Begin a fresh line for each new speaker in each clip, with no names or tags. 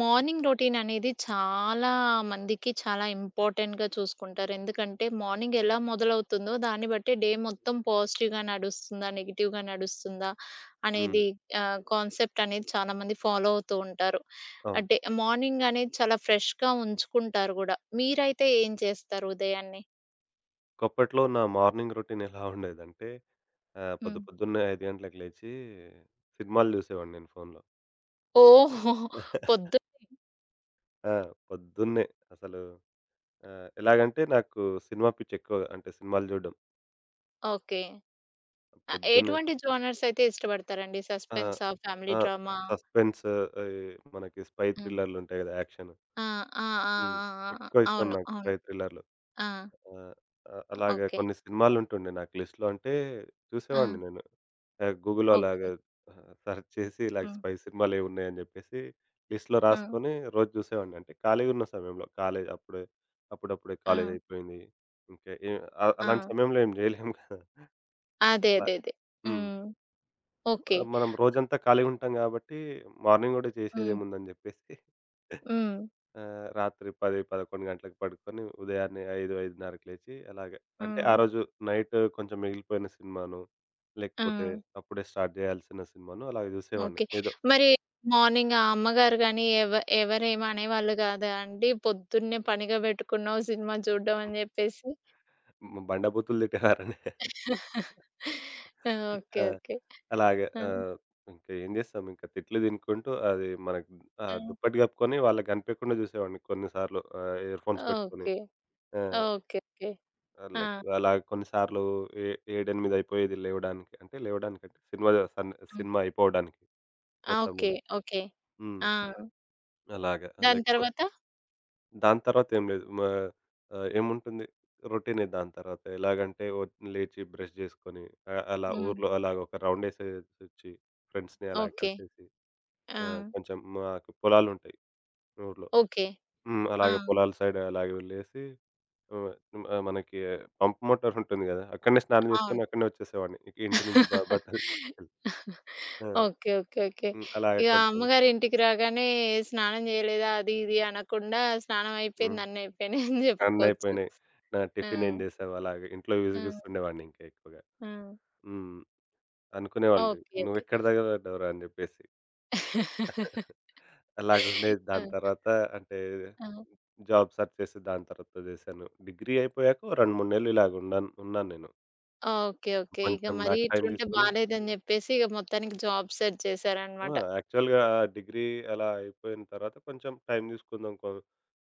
Morning routine అనేది చాలా మందికి చాలా ఇంపార్టెంట్‌గా చూసుకుంటారు. ఎందుకంటే మార్నింగ్ ఎలా మొదలవుతుందో దాన్ని బట్టి డే మొత్తం పాజిటివ్‌గా నడుస్తుందా? నెగెటివ్‌గా నడుస్తుందా?
హ్మ్.
అనేది కాన్సెప్ట్ అనేది చాలామంది ఫాలో అవుతూ ఉంటారు.
అవును.
అంటే మార్నింగ్ అనేది చాలా ఫ్రెష్‌గా ఉంచుకుంటారు గూడా. మీరైతే ఏం చేస్తారు ఉదయాన్నే?
ఒకప్పట్లో నా మార్నింగ్ రొటీన్ ఎలా ఉండేదంటే పొద్దు
హ్మ్.
పొద్దున్నే 5 గంటలకు లేచి సినిమాలు చూసేవాడిని నేను ఫోన్‌లో.
ఓహో! పొద్దు
ఆ! పొద్దున్నే అసలు ఎలాగంటే నాకు సినిమా పిచ్చి ఎక్కువ. అంటే సినిమాలు చూడడం.
ఓకే.
పొద్దున్నే.
ఎటువంటి జోనర్స్ అయితే ఇష్టపడతారండి?
ఆ!
సస్పెన్సా? ఫ్యామిలీ
ఆ!
డ్రామా?
సస్పెన్స్. ఆహ్, మనకి స్పై
హ్మ్.
థ్రిల్లర్‌లుంటాయి కదా! యాక్షన్.
ఆ! ఆ! ఆ! ఆ!
హ్మ్.
ఆ! ఆ!
ఎక్కువ ఇష్టం
అవును.
నాకు స్పై
అవును.
థ్రిల్లర్‌లంటే.
ఆ!
ఆ! అలాగా
ఓకే.
కొన్ని సినిమాలుంటుండే నాకు లిస్ట్‌లో అంటే
ఆ!
చూసేవాడిని నేను. గూగుల్‌లో
ఓకే.
అలాగా సెర్చ్ చేసి ఇలాగ
హ్మ్.
స్పై సినిమాలేవున్నాయని జెప్పేసి లిస్ట్‌లో
హ్మ్.
రాసుకొని రోజు జూసేవాడిని. అంటే ఖాళీగున్న సమయంలో కాలేజ్ అప్పుడే అప్పుడప్పుడే
ఆ!
కాలేజయిపోయింది. ఇంకా ఏ అలాంటి
ఆ!
సమయంలో ఏం జేయలేము గదా!
అదే.
అలా
అదే. అదే.
హ్మ్.
హ్మ్. ఓకే.
మనం రోజంతా ఖాళీగుంటాం గాబట్టి మార్నింగ్ గూడా
హ్మ్.
చేసేదేముందని జెప్పేసి
హ్మ్.
ఆ! రాత్రి 10, 11 గంటలకు పడుకొని ఉదయాన్నే 5, 5:30కి లేచి అలాగే. అంటే ఆ
హ్మ్.
రోజు నైట్ కొంచెం మిగిలిపోయిన సినిమానో,
ఆ!
లేకపోతే అప్పుడే స్టార్ట్ చేయాల్సిన సినిమానో అలాగే చూసేవాడిని.
ఓకే.
ఏదో
మరి మార్నింగ్ ఆ అమ్మగారు గాని ఎవరేమి అనేవాళ్ళు కాదా అండి? పొద్దున్నే పనిగా పెట్టుకున్నావు సినిమా చూడ్డం అని చెప్పేసి.
బండబూతులు తిట్టేవారండి.
ఆ! ఓకే.
ఆ!
ఓకే.
అలాగే
ఆ!
ఇంకా ఏం చేస్తాం, ఇంకా తిట్లు తినుకుంటూ అది మనకు ఆ
ఆ!
దుప్పటి కప్పుకొని వాళ్ళకి కనిపియకుండా చూసేవాడిని కొన్నిసార్లు, ఇయర్‌ఫోన్స్ పెట్టుకొని.
ఓకే.
ఆ!
ఓకే. ఓకే.
ఆ!
ఆ!
లైక్ అలా కొన్నిసార్లు ఏ 7, 8 అయిపోయేది లేవడానికి. అంటే లేవడానికంటే సినిమా
ఆ!
సినిమా అయిపోవడానికి
ఆ! ఓకే.
మొత్తమును.
ఓకే.
హ్మ్.
ఆ!
అలాగా. ఆ,
దాని
లేకపోతే
తర్వాత?
దాని తర్వాత ఏం లేదు. మా ఏముంటుంది, రొటీనే దాని తర్వాత. ఎలాగంటే లేచి బ్రష్ చేసుకొని అలా
హ్మ్.
ఊర్లో అలాగ ఒక రౌండేసేసొచ్చి ఫ్రెండ్స్‌ని అలా
ఓకే.
కలిసేసి. ఆ!
ఆ!
కొంచెం మాకు పొలాలుంటాయి ఊర్లో.
ఓకే.
హ్మ్.
ఆ!
అలాగే పొలాల సైడ్ అలాగే వెళ్ళేసి. హ్మ్. మనకి పంప్ మోటార్ ఉంటుంది గదా! అక్కడనే స్నానం
అవును.
జేసుకొని అక్కడనే వచ్చేసేవాడిని, ఇక ఇంటి నుంచి బట్టలు తీసుకెళ్ళి. ఆ!
ఓకే. ఓకే. ఓకే.
హ్మ్. అలాగే
ఇక
కొంచెం.
అమ్మగారింటికి రాగానే స్నానం చేయలేదా? అది ఇది అనకుండా స్నానం
హ్మ్.
అయిపోయింది, అన్నయిపోయినాయి అని చెప్పుకోవచ్చు.
అన్నయిపోయినాయి. నా
ఆ!
టిఫిన్ ఏం జేశావు అలాగే ఇంట్లో
ఆ!
విసిగిస్తుండేవాడిని ఇంకా ఎక్కువగా.
ఆ!
హ్మ్. అనుకునేవాళ్ళు
ఓకే. ఓకే.
"నువ్వెక్కడ తగలబడ్డావురా" అని జెప్పేసి. అలాగుండేది.
ఆ!
దాని తర్వాత అంటే
ఆ!
జాబ్ సెర్చ్ చేసి దాని తర్వాత జేశాను. డిగ్రీ అయిపోయాక ఓ 2, 3 నెలలు ఇలాగ ఉన్నాను ఉన్నాను నేను.
ఓకే. ఓకే. ఇక
కొంచెం
మరి
నాకు టైం
ఇట్లుంటే
తీసుకొని.
బాలేదని చెప్పేసి ఇక మొత్తానికి జాబ్ సెర్చ్
ఆ!
చేశారనమాట.
యాక్చువల్‌గా డిగ్రీ అలా అయిపోయిన తర్వాత కొంచెం టైం తీసుకుందాం.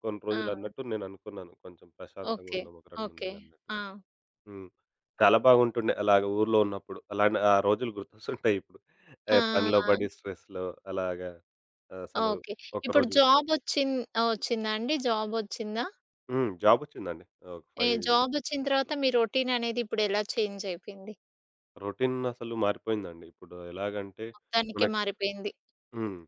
కొన్ని
ఆ!
రోజులన్నట్టు నేననుకున్నాను. కొంచెం ప్రశాంతంగా
ఓకే.
ఉందాం ఒక 2, 3
ఓకే.
నెలలన్నట్టు.
ఆ!
హ్మ్. చాలా బాగుంటుండే అలాగ ఊర్లో ఉన్నప్పుడు. అలానే ఆ రోజులు గుర్తొస్తుంటాయి ఇప్పుడు. ఏ
ఆ!
పనిలో పడి స్ట్రెస్‌లో అలాగా అసలు
ఓకే. ఇప్పుడు
ఒకరోజు కూడా.
జాబొచ్చిన్ వచ్చిందా అండి? జాబొచ్చిందా?
హ్మ్. జాబొచ్చిందండి. ఒక
ఏ
5
జాబొచ్చిన తర్వాత మీ రొటీననేది ఇప్పుడెలా చేంజ్ అయిపోయింది?
రొటీన్ అసలు మారిపోయిందండి. ఇప్పుడు ఎలాగంటే మన.
మొత్తానికే మారిపోయింది.
హ్మ్.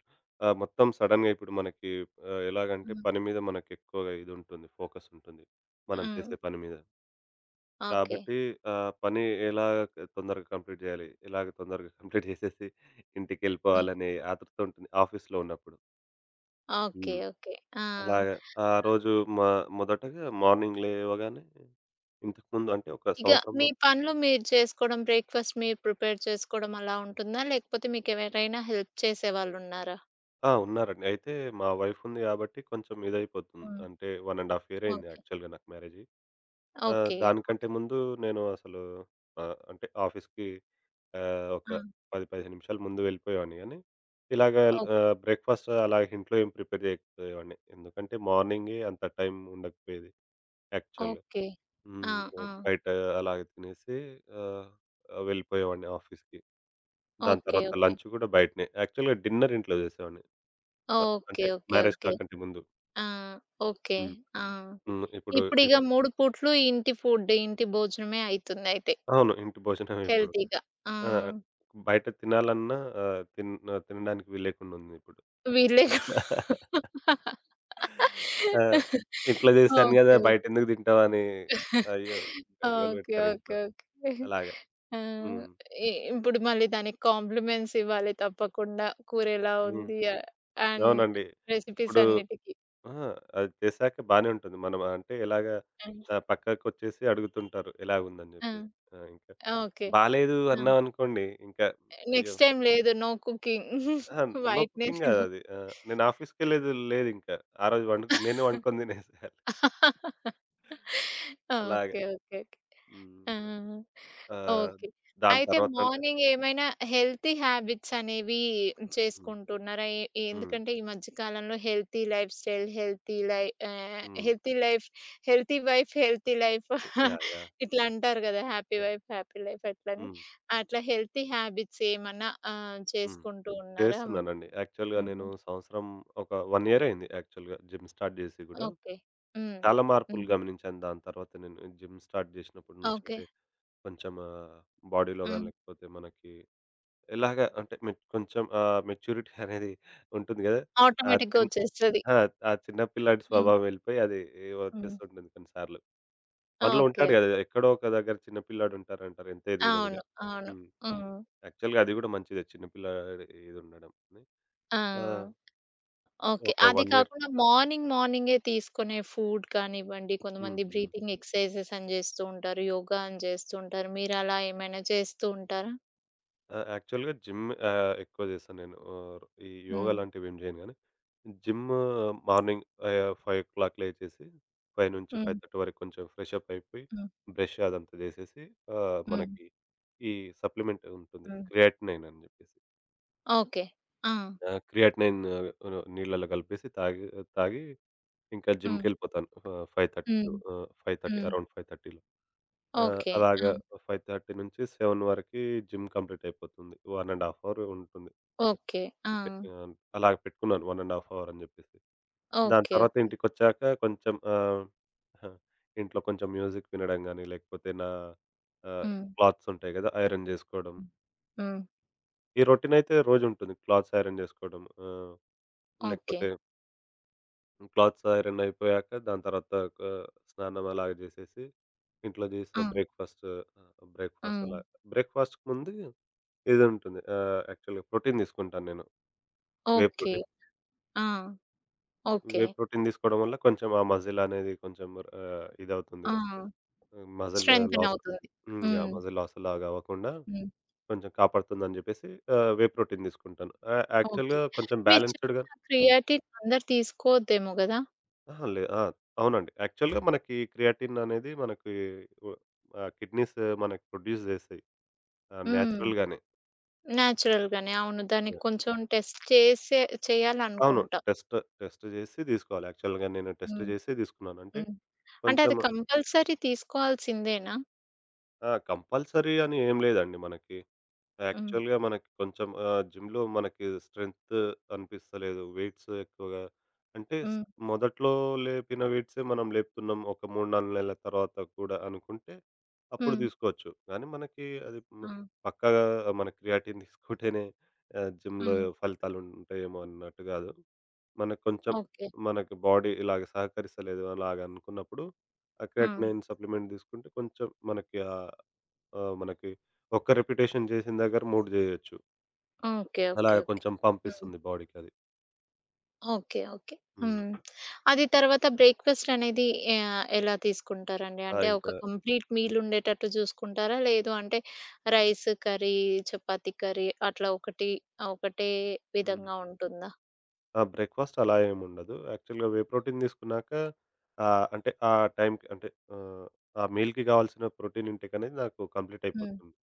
ఆ! మొత్తం సడెన్‌గా ఇప్పుడు మనకి ఎలాగంటే
హ్మ్.
పని మీద మనకెక్కువగా ఇదుంటుంది. ఫోకస్ ఉంటుంది. మనం
హ్మ్.
చేసే పని మీద.
ఓకే.
కాబట్టి పని ఎలా తొందరగా కంప్లీట్ జేయాలి, ఎలాగ తొందరగా కంప్లీట్ జేసేసి
హ్మ్.
ఇంటికెళ్ళిపోవాలనే ఆతృత ఉంటుంది ఆఫీస్‌లో ఉన్నప్పుడు.
ఓకే.
హ్మ్.
ఓకే. ఆ!
అలాగ ఆ రోజు మొదటగా మార్నింగ్ లేవగానే ఇంతకుముందు అంటే ఒక
ఇక
సంవత్సరం
మీ
ముందు.
పనులు మీరు చేసుకోవడం, బ్రేక్‌ఫాస్ట్ మీరు ప్రిపేర్ చేసుకోవడం అలా ఉంటుందా? లేకపోతే మీకెవరైనా హెల్ప్ చేసేవాళ్ళున్నారా?
ఆ! ఉన్నారండి. అయితే మా వైఫ్ ఉంది గాబట్టి కొంచెం ఇదైపోతుంది.
హ్మ్.
అంటే 1 ½ ఇయర్ అయింది
ఓకే.
యాక్చువల్‌గా నాకు మ్యారేజయి. ఆ!
ఓకే. ఓకే.
దానికంటే ముందు నేను అసలు అంటే ఆఫీస్‌కి ఒక
ఆ!
10, 15 నిమిషాల ముందు వెళ్ళిపోయేవాడిని గానీ, ఇలాగ
ఓకే.
బ్రేక్‌ఫాస్ట్ అలాగే ఇంట్లో ఏం ప్రిపేర్ చేయకపోయేవాడిని. ఎందుకంటే మార్నింగే అంత టైం ఉండకపోయేది యాక్చువల్‌గా.
ఓకే. ఆ!
హ్మ్.
ఆ!
బయట అలాగే తినేసి ఆహ్, వెళ్ళిపోయేవాడిని ఆఫీస్‌కి. దాని
ఓకే.
తర్వాత
ఓకే.
లంచ్ కూడా బయటనే. యాక్చువల్‌గా డిన్నర్ ఇంట్లో చేసేవాడిని.
ఓకే.
అంటే
ఓకే.
Marriage
okay.
కాకంటే ముందు.
ఆ! ఓకే.
హ్మ్.
ఆ!
హ్మ్. ఇప్పుడు
ఇప్పుడిగ
ఇప్
3 పూట్లు ఇంటి ఫుడ్, ఇంటి భోజనమే అయితుందయితే
అవును. ఇంటి భోజనమే ఇప్పుడు.
హెల్తీగా. ఆ!
ఆ! బయట తినాలన్నా ఆహ్, తిన్ తినడానికి వీల్లేకుండా ఉంది ఇప్పుడు.
వీళ్ళే
ఆ! ఇంట్లో చేశాను గదా!
ఓకే.
బయటెందుకు తింటావని. అయ్యో! గగ్గోలు
ఓకే.
పెడతారు ఇంట్లో.
ఓకే. ఓకే.
అలాగా.
ఆ!
హ్మ్.
ఇప్పుడు మళ్ళీ దానికి కాంప్లిమెంట్స్ ఇవ్వాలి తప్పకుండా. కూర ఎలా
హ్మ్.
ఉంది అండ్
అవునండి.
రెసిపీస్
ఇప్పుడు.
అన్నిటికి.
ఆ! అది చేశాక బానే ఉంటుంది. మనం అంటే ఎలాగా
హ్మ్.
పక్కకొచ్చేసి అడుగుతుంటారు ఎలాగుందని
ఆ!
జెప్పేసి. ఆ! ఇంకా
ఓకే.
బాలేదు
ఆ!
అన్నామనుకోండి ఇంకా. అయ్యో!
నెక్స్ట్ టైమ్ లేదు. No cooking.
అహా! నో
వైట్‌నే
కుకింగ్
తిను.
గాదది. ఆ! నేను ఆఫీస్‌కెళ్ళేది లేదింకా. ఆ రోజు నేనే వండుకొని తినేసా. అలాగే.
ఓకే. ఓకే. ఓకే.
హ్మ్.
ఆ!
ఆహ్,
ఓకే.
దాని
అయితే
తర్వాతంటే.
మార్నింగ్ ఏమైనా హెల్తీ హ్యాబిట్స్ అనేవి
హ్మ్.
చేసుకుంటున్నారా?
హ్మ్.
ఎందుకంటే ఈ మధ్య కాలంలో హెల్తీ లైఫ్ స్టైల్,
హ్మ్.
Healthy life, healthy wife, healthy life
yeah! Yeah!
ఇట్లా అంటారు గదా! Happy
yeah!
Wife, happy life అట్లని.
హ్మ్.
అట్లా హెల్తీ హ్యాబిట్స్ ఏమన్నా
హ్మ్.
చేసుకుంటూ ఉన్నారా?
చేస్తున్నానండి. యాక్చువల్‌గా
హ్మ్.
నేను సంవత్సరం ఒక 1 ఇయర్ అయింది యాక్చువల్‌గా జిమ్ స్టార్ట్ చేసి గూడా.
ఓకే. హ్మ్.
చాలా మార్పులు
హ్మ్.
గమనించాను దాని తర్వాత నేను జిమ్ స్టార్ట్ చేసినప్పటి నుంచి.
ఓకే.
అంటే కొంచెం బాడీలో
హ్మ్.
గాని లేకపోతే మనకి ఎలాగా అంటే కొంచెం మెచ్యూరిటీ అనేది ఉంటుంది గదా! ఆ
ఆటోమేటిక్‌గా
చిన్
వచ్చేస్తది.
ఆ! ఆ చిన్న పిల్లాడి
హ్మ్.
స్వభావం వెళ్ళిపోయి అది
హ్మ్.
వచ్చేస్తుంటుంది కొన్ని సార్లు. మనలో
ఓకే.
ఉంటాడు గదా! ఎక్కడో ఒక దగ్గర చిన్న పిల్లాడు ఉంటారంటారు ఎంత ఎదిగినా గూడా.
అవును. అవును.
హ్మ్.
హ్మ్.
యాక్చువల్‌గా అది గూడా మంచిదే, చిన్న పిల్లాడి ఇది ఉండడం అని.
ఆ!
ఆ!
ఓకే.
ఒక
అది
1 ఇయర్.
కాకుండా మార్నింగ్ మార్నింగే తీసుకునే ఫుడ్ కానివ్వండి,
హ్మ్.
కొంతమంది
హ్మ్.
బ్రీతింగ్ ఎక్సర్సైజెస్ అని జేస్తూ ఉంటారు. యోగా అని జేస్తూ ఉంటారు. మీరలా ఏమైనా చేస్తూ ఉంటారా?
ఆ! యాక్చువల్‌గా జిమ్ ఎక్కువ చేస్తాను నేను. ఈ యోగా
హ్మ్.
లాంటివి ఏమి చేయను గానీ, జిమ్ మార్నింగ్ 5:00 లేచేసి
హ్మ్.
5-5:30 వరకు కొంచెం ఫ్రెష్ అప్ అయిపోయి,
హ్మ్.
బ్రష్ అదంతా చేసేసి
హ్మ్.
మనకి ఈ సప్లిమెంట్ ఉంటుంది,
హ్మ్.
క్రియాటినైన్ అని జెప్పేసి.
ఓకే. ఆ!
ఆ! క్రియాటినైన్ నీళ్ళలో కలిపేసి తాగి తాగి ఇంకా
హ్మ్.
జిమ్‌కెళ్ళిపోతాను 5:32,
హ్మ్.
5:30,
హ్మ్.
అరౌండ్ 5:30లో.
ఓకే.
అలాగా
ఆ!
5:30-7 వరకి జిమ్ కంప్లీట్ అయిపోతుంది. 1 ½ అవర్ ఉంటుంది.
ఓకే. ఆ!
అంటే ఆహ్, అలాగ పెట్టుకున్నాను 1 ½ అవర్ అని జెప్పేసి. దాని
ఓకే.
తర్వాత
ఓకే.
ఇంటికొచ్చాక కొంచెం హా! ఇంట్లో కొంచెం మ్యూజిక్ వినడం గానీ, లేకపోతే నా ఆహ్,
హ్మ్.
క్లాత్స్ ఉంటాయి గదా! ఐరన్ జేసుకోవడం.
హ్మ్. హ్మ్.
ఈ రొటీన్ అయితే రోజుంటుంది. క్లాత్స్ ఐరన్ జేసుకోవడం
ఓకే.
లేకపోతే క్లాత్స్ ఐరన్ అయిపోయాక దాని తర్వాత ఒక స్నానం అలాగ చేసేసి, ఇంట్లో చేసిన
ఆ! ఆ!
బ్రేక్‌ఫాస్ట్ అలా బ్రేక్‌ఫాస్ట్‌కి ముందు ఇదుంటుంది. యాక్చువల్‌గా ప్రోటీన్ తీసుకుంటాను నేను. Whey
okay.
ప్రోటీన్.
ఆ!
Whey
okay.
ప్రోటీన్ తీసుకోవడం వల్ల కొంచెం ఆ మజిల్ అనేది కొంచెం ఇదవుతుంది.
ఆ!
Muscle
strengthen
loss.
అవుతుంది.
హ్మ్. యాహ్!
హ్మ్.
మజిల్ లాస్ అలాగా అవ్వకుండా
హ్మ్.
కొంచెం కాపాడుతుందని చెప్పేసి వే ప్రోటీన్ తీసుకుంటాను.
ఓకే.
యాక్చువల్‌గా కొంచెం
మీరు
బ్యాలెన్స్‌డ్‌గా.
చెప్పిన
హ్మ్.
క్రియాటిన్ అందరూ తీసుకోవద్దేమో గదా!
అహా! ఆ! అవునండి. యాక్చువల్‌గా మనకి క్రియాటిన్ అనేది మనకి వ కిడ్నీస్ మనకి ప్రొడ్యూస్ చేస్తాయి,
హ్మ్.
నేచురల్‌గానే.
నేచురల్‌గానే అవును. దానికి
యాహ్!
కొంచెం టెస్ట్ చేసే
అవును.
చేయాలనుకుంటా.
టెస్ట్ టెస్ట్ చేసి తీసుకోవాలి. యాక్చువల్‌గా నేను టెస్ట్
హ్మ్.
చేసి తీసుకున్నాను. అంటే
హ్మ్. అంటే
కొంచెం.
అది కంపల్సరీ తీసుకోవాల్సిందేనా?
ఆ! కంపల్సరీ అని ఏం లేదండి మనకి.
హ్మ్.
యాక్చువల్‌గా మనకి కొంచెం జిమ్‌లో మనకి స్ట్రెంత్ అనిపిస్తలేదు, వెయిట్స్ ఎక్కువగా, అంటే
హ్మ్.
మొదట్లో లేపిన వెయిట్సే మనం లేపుతున్నాం ఒక 3, 4 నెలల తర్వాత కూడా అనుకుంటే, అప్పుడు
హ్మ్.
తీసుకోవచ్చు. కానీ మనకి అది
ఆ!
పక్కాగా మన క్రియాటిన్ తీసుకుంటేనే జిమ్‌లో
హ్మ్.
ఫలితాలుంటాయేమో అన్నట్టు కాదు. మనకు కొంచెం
ఓకే.
మనకి బాడీ ఇలాగ సహకరిస్తలేదు అలాగ అనుకున్నప్పుడు ఆ
ఆ!
క్రియాటినైన్ సప్లిమెంట్ తీసుకుంటే కొంచెం మనకి ఆ మనకి ఒక్క రిపిటేషన్ చేసిన దగ్గర 3 చేయొచ్చు.
ఓకే.
అలా
ఓకే. ఓకే.
కొంచెం
హ్మ్.
పంపిస్తుంది బాడీకి అది.
ఓకే. ఓకే.
హ్మ్.
హ్మ్. అది తర్వాత బ్రేక్‌ఫాస్ట్ అనేది ఎలా తీసుకుంటారండి?
ఆ!
అంటే
ఇంకా.
ఒక కంప్లీట్
హ్మ్.
మీల్ ఉండేటట్టు చూసుకుంటారా? లేదు అంటే రైస్ కర్రీ, చపాతీ కర్రీ అట్లా ఒకటి ఒకటే
హ్మ్.
విధంగా ఉంటుందా?
ఆ! బ్రేక్‌ఫాస్ట్ అలా ఏముండదు. యాక్చువల్‌గా వే ప్రోటీన్ తీసుకున్నాక అంటే ఆ టైంకి అంటే ఆహ్, ఆ మీల్‌కి కావాల్సిన ప్రోటీన్ ఇంటేక్ అనేది నాకు కంప్లీట్
హ్మ్.
అయిపోతుంది.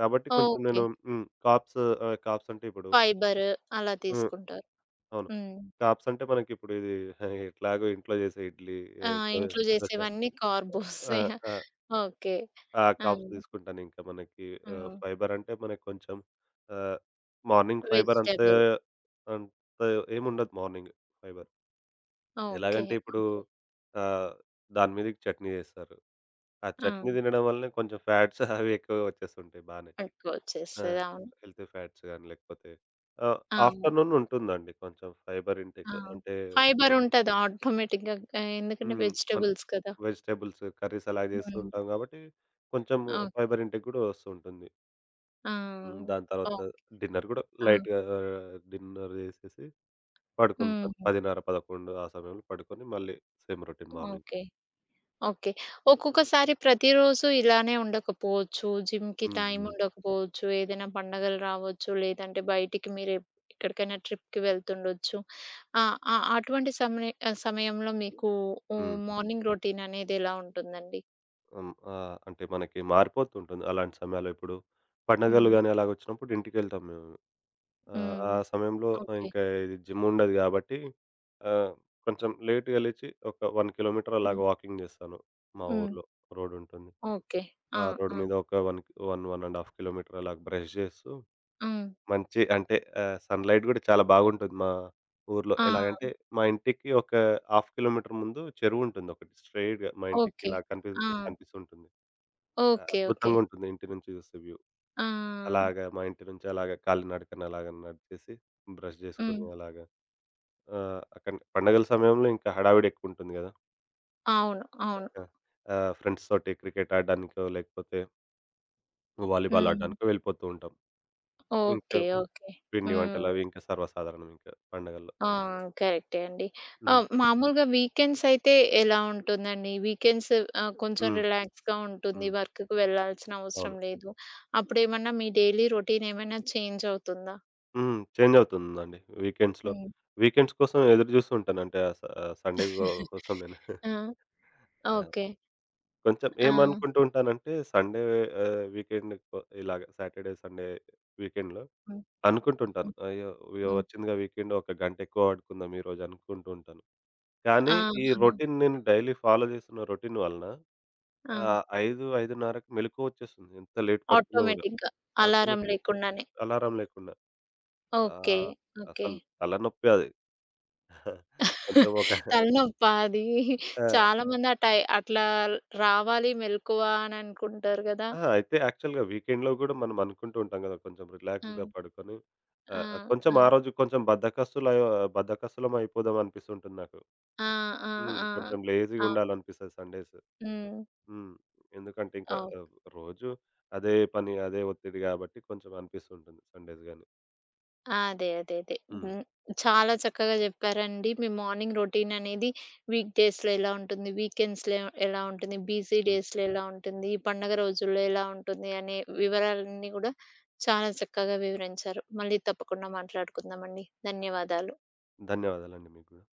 కాబట్టి కొంచెం
ఓకే.
నేను. హ్మ్. కార్బ్స్ కార్బ్స్ అంటే ఇప్పుడు.
ఫైబర్ అలా
హ్మ్.
తీసుకుంటారు.
అవును.
హ్మ్.
కార్బ్స్ అంటే మనకిప్పుడు ఇది ఎట్లాగో ఇంట్లో చేసే ఇడ్లీ, ఏ
ఆ!
దో
ఇంట్లో
దోస.
చేసేవన్నీ
ఆ!
కార్బోసే.
ఆ!
ఓకే.
ఆ!
ఆ!
కాప్స్ తీసుకుంటానింకా మనకి.
హ్మ్.
ఫైబర్ అంటే మనకి కొంచెం ఆహ్, మార్నింగ్ ఫైబర్ అంతా
వెజిటబుల్.
అంత ఏముండదు మార్నింగ్ ఫైబర్.
ఓకే.
ఎలాగంటే ఇప్పుడు
ఓకే.
ఆహ్, దాని మీదకి చట్నీ చేస్తారు. ఆ
ఆ!
చట్నీ తినడం వల్లనే కొంచెం ఫ్యాట్స్ అవి ఎక్కువగా వచ్చేస్తుంటాయి బానే.
ఎక్కువ
ఆ!
వచ్చేస్తది. అవును.
హెల్తీ ఫ్యాట్స్ గాని లేకపోతే ఆహ్,
ఆ!
ఆఫ్టర్‌నూన్ ఉంటుందండి కొంచెం ఫైబర్
ఆ!
ఇంటేక్ అంటే.
ఫైబర్ ఉంటది ఆటోమేటిక్‌గా. ఎందుకంటే
హ్మ్. మన
వెజిటబుల్స్ కదా!
వెజిటబుల్స్ కర్రీస్ అలా చేస్తూ
హ్మ్.
ఉంటాం కాబట్టి కొంచెం
ఓకే.
ఫైబర్ ఇంటేక్ కూడా వస్తూ ఉంటుంది. హ్మ్.
ఆ!
దాని తర్వాత
ఓహ్!
డిన్నర్ గూడా
ఆ!
లైట్‌గా డిన్నర్ జేసేసి
హ్మ్.
పడుకుంటాను 10:30, 11 ఆ సమయంలో పడుకొని మళ్ళీ same routine morning.
Okay. Okay. ఒక్కొక్కసారి ప్రతిరోజు ఇలానే ఉండకపోవచ్చు. జిమ్‌కి
హ్మ్.
టైం
హ్మ్.
ఉండకపోవచ్చు. ఏదైనా పండగలు రావచ్చు. లేదంటే బయటికి మీరు ఎక్కడికైనా ట్రిప్‌కి వెళ్తుండొచ్చు. ఆ! ఆ! అటువంటి సమయంలో మీకు హ్మ్,
హ్మ్.
మార్నింగ్ రొటీన్ అనేది ఎలా ఉంటుందండి?
హ్మ్. అంటే మనకి మారిపోతుంటుంది అలాంటి సమయాల్లో. ఇప్పుడు పండగలు
హ్మ్.
గానీ అలాగొచ్చినప్పుడు ఇంటికెళ్తాం మేము.
హ్మ్.
ఆ సమయంలో
ఓకే.
ఇంకా ఇది జిమ్ ఉండదు గాబట్టి ఆహ్, కొంచెం లేట్‌గా లేచి ఒక 1 కిలోమీటర్ అలాగ
హ్మ్.
వాకింగ్ జేస్తాను. మా
హ్మ్.
ఊర్లో రోడ్ ఉంటుంది.
ఓకే.
ఆ
ఆ!
రోడ్
ఆ!
మీద ఒక 1, 1, 1 ½ కిలోమీటర్ అలాగ బ్రష్ జేస్తూ
హ్మ్.
మంచి అంటే సన్‌లైట్ గూడా చాలా బాగుంటుంది మా ఊర్లో.
ఆ!
ఎలాగంటే మా ఇంటికి ఒక హాఫ్ కిలోమీటర్ ముందు చెరువుంటుంది ఒకటి, స్ట్రెయిట్‌గా మా ఇంటికి
ఓకే.
ఇలా
ఆ!
కనిపిస్తుంటుంది.
ఓకే. ఓకే.
అద్భుతంగుంటుంది ఇంటి నుంచి చూస్తే వ్యూ.
ఆ!
అలాగా మా ఇంటి నుంచి అలాగా కాలినడకన అలాగ నడిచేసి బ్రష్
హ్మ్.
జేసుకొని అలాగా. అక్కడ పండగల సమయంలో ఇంకా హడావిడి ఎక్కువుంటుంది గదా!
అవును. అవును.
ఆ! ఫ్రెండ్స్ తోటి క్రికెట్ ఆడడానికో లేకపోతే వాలీబాల్
హ్మ్.
ఆడడానికో వెళ్ళిపోతూ ఉంటాం. ఇంకా
ఓకే. ఓకే.
పిండి
హ్మ్.
వంటలవి ఇంకా సర్వసాధారణం ఇంకా పండగల్లో.
ఆ! కరెక్టే అండి.
హ్మ్.
మామూలుగా వీకెండ్స్ అయితే ఎలా ఉంటుందండి? వీకెండ్స్ కొంచెం
హ్మ్.
రిలాక్స్‌గా ఉంటుంది.
హ్మ్.
వర్క్‌కి వెళ్ళాల్సిన
అవును.
అవసరం లేదు. అప్పుడేమన్నా మీ డైలీ రొటీన్ ఏమైనా చేంజ్ అవుతుందా?
హ్మ్. చేంజ్ అవుతుందండి వీకెండ్స్‌లో.
హ్మ్.
వీకెండ్స్ కోసం ఎదురు జూస్తూ ఉంటాను. అంటే ఆహ్, స ఆ సండే గో కోసం నేను.
ఆ!
ఆ!
ఓకే.
కొంచెం
ఆ!
ఏమనుకుంటూ ఉంటానంటే సండే, వీకెండ్ కొ ఇలాగ సాటర్డే, సండే వీకెండ్‌లో
హ్మ్.
అనుకుంటుంటాను.
హ్మ్.
అయ్యో! ఇగ
హ్మ్.
వచ్చిందిగా వీకెండ్, ఒక గంట ఎక్కువ పడుకుందాం ఈరోజు అనుకుంటూ ఉంటాను.
ఆ!
కానీ ఈ
ఆ!
రొటీన్, నేను డైలీ ఫాలో చేస్తున్న రొటీన్ వలన
ఆ!
5, 5:30కి మెలుకువ వచ్చేస్తుంది. ఎంత లేట్ పడుకున్నా గూడా
ఆటోమేటిక్‌గా అలారం
ఆటోమేటిక్‌గా
లేకుండానే.
అలారం లేకుండా.
ఓకే.
ఆహ్,
ఓకే.
అసలు తలనొప్పి అది. కొంచెం ఒక.
తలనొప్పా అది?
ఆ!
చాలా మంది ఆ అట్లా రావాలి మెలకువ అని అనుకుంటారు గదా!
ఆ! అయితే యాక్చువల్‌గా వీకెండ్‌లో గూడా మనం అనుకుంటూ ఉంటాం గదా! కొంచెం రిలాక్స్‌డ్‌గా
హ్మ్.
పడుకొని
ఆ!
ఆహ్, ఆహ్, కొంచెం
ఆ!
ఆ రోజు కొంచెం బద్ధకస్తులం అయిపోదాం అనిపిస్తుంటుంది నాకు.
ఆ! ఆ!
హ్మ్.
ఆ!
కొంచెం లేజీగా
అవును.
ఉండాలనిపిస్తది సండేస్.
హ్మ్.
హ్మ్. ఎందుకంటే ఇంకా
ఓహ్!
రోజు అదే పని, అదే ఒత్తిడి గాబట్టి కొంచెం అనిపిస్తుంటుంది సండేస్ గాని.
అదే. అదే. అదే.
హ్మ్.
హ్మ్. చాలా చక్కగా జెప్పారండి. మీ మార్నింగ్ రొటీన్ అనేది వీక్ డేస్‌లో ఎలా ఉంటుంది? వీకెండ్స్‌లో ఎలా ఉంటుంది? బిజీ
హ్మ్.
డేస్‌లో ఎలా ఉంటుంది? ఈ పండగ రోజుల్లో ఎలా ఉంటుంది? అనే వివరాలన్నీ గూడా చాలా చక్కగా వివరించారు. మళ్ళీ తప్పకుండా మాట్లాడుకుందామండి. ధన్యవాదాలు.
ధన్యవాదాలండి మీకు గూడా.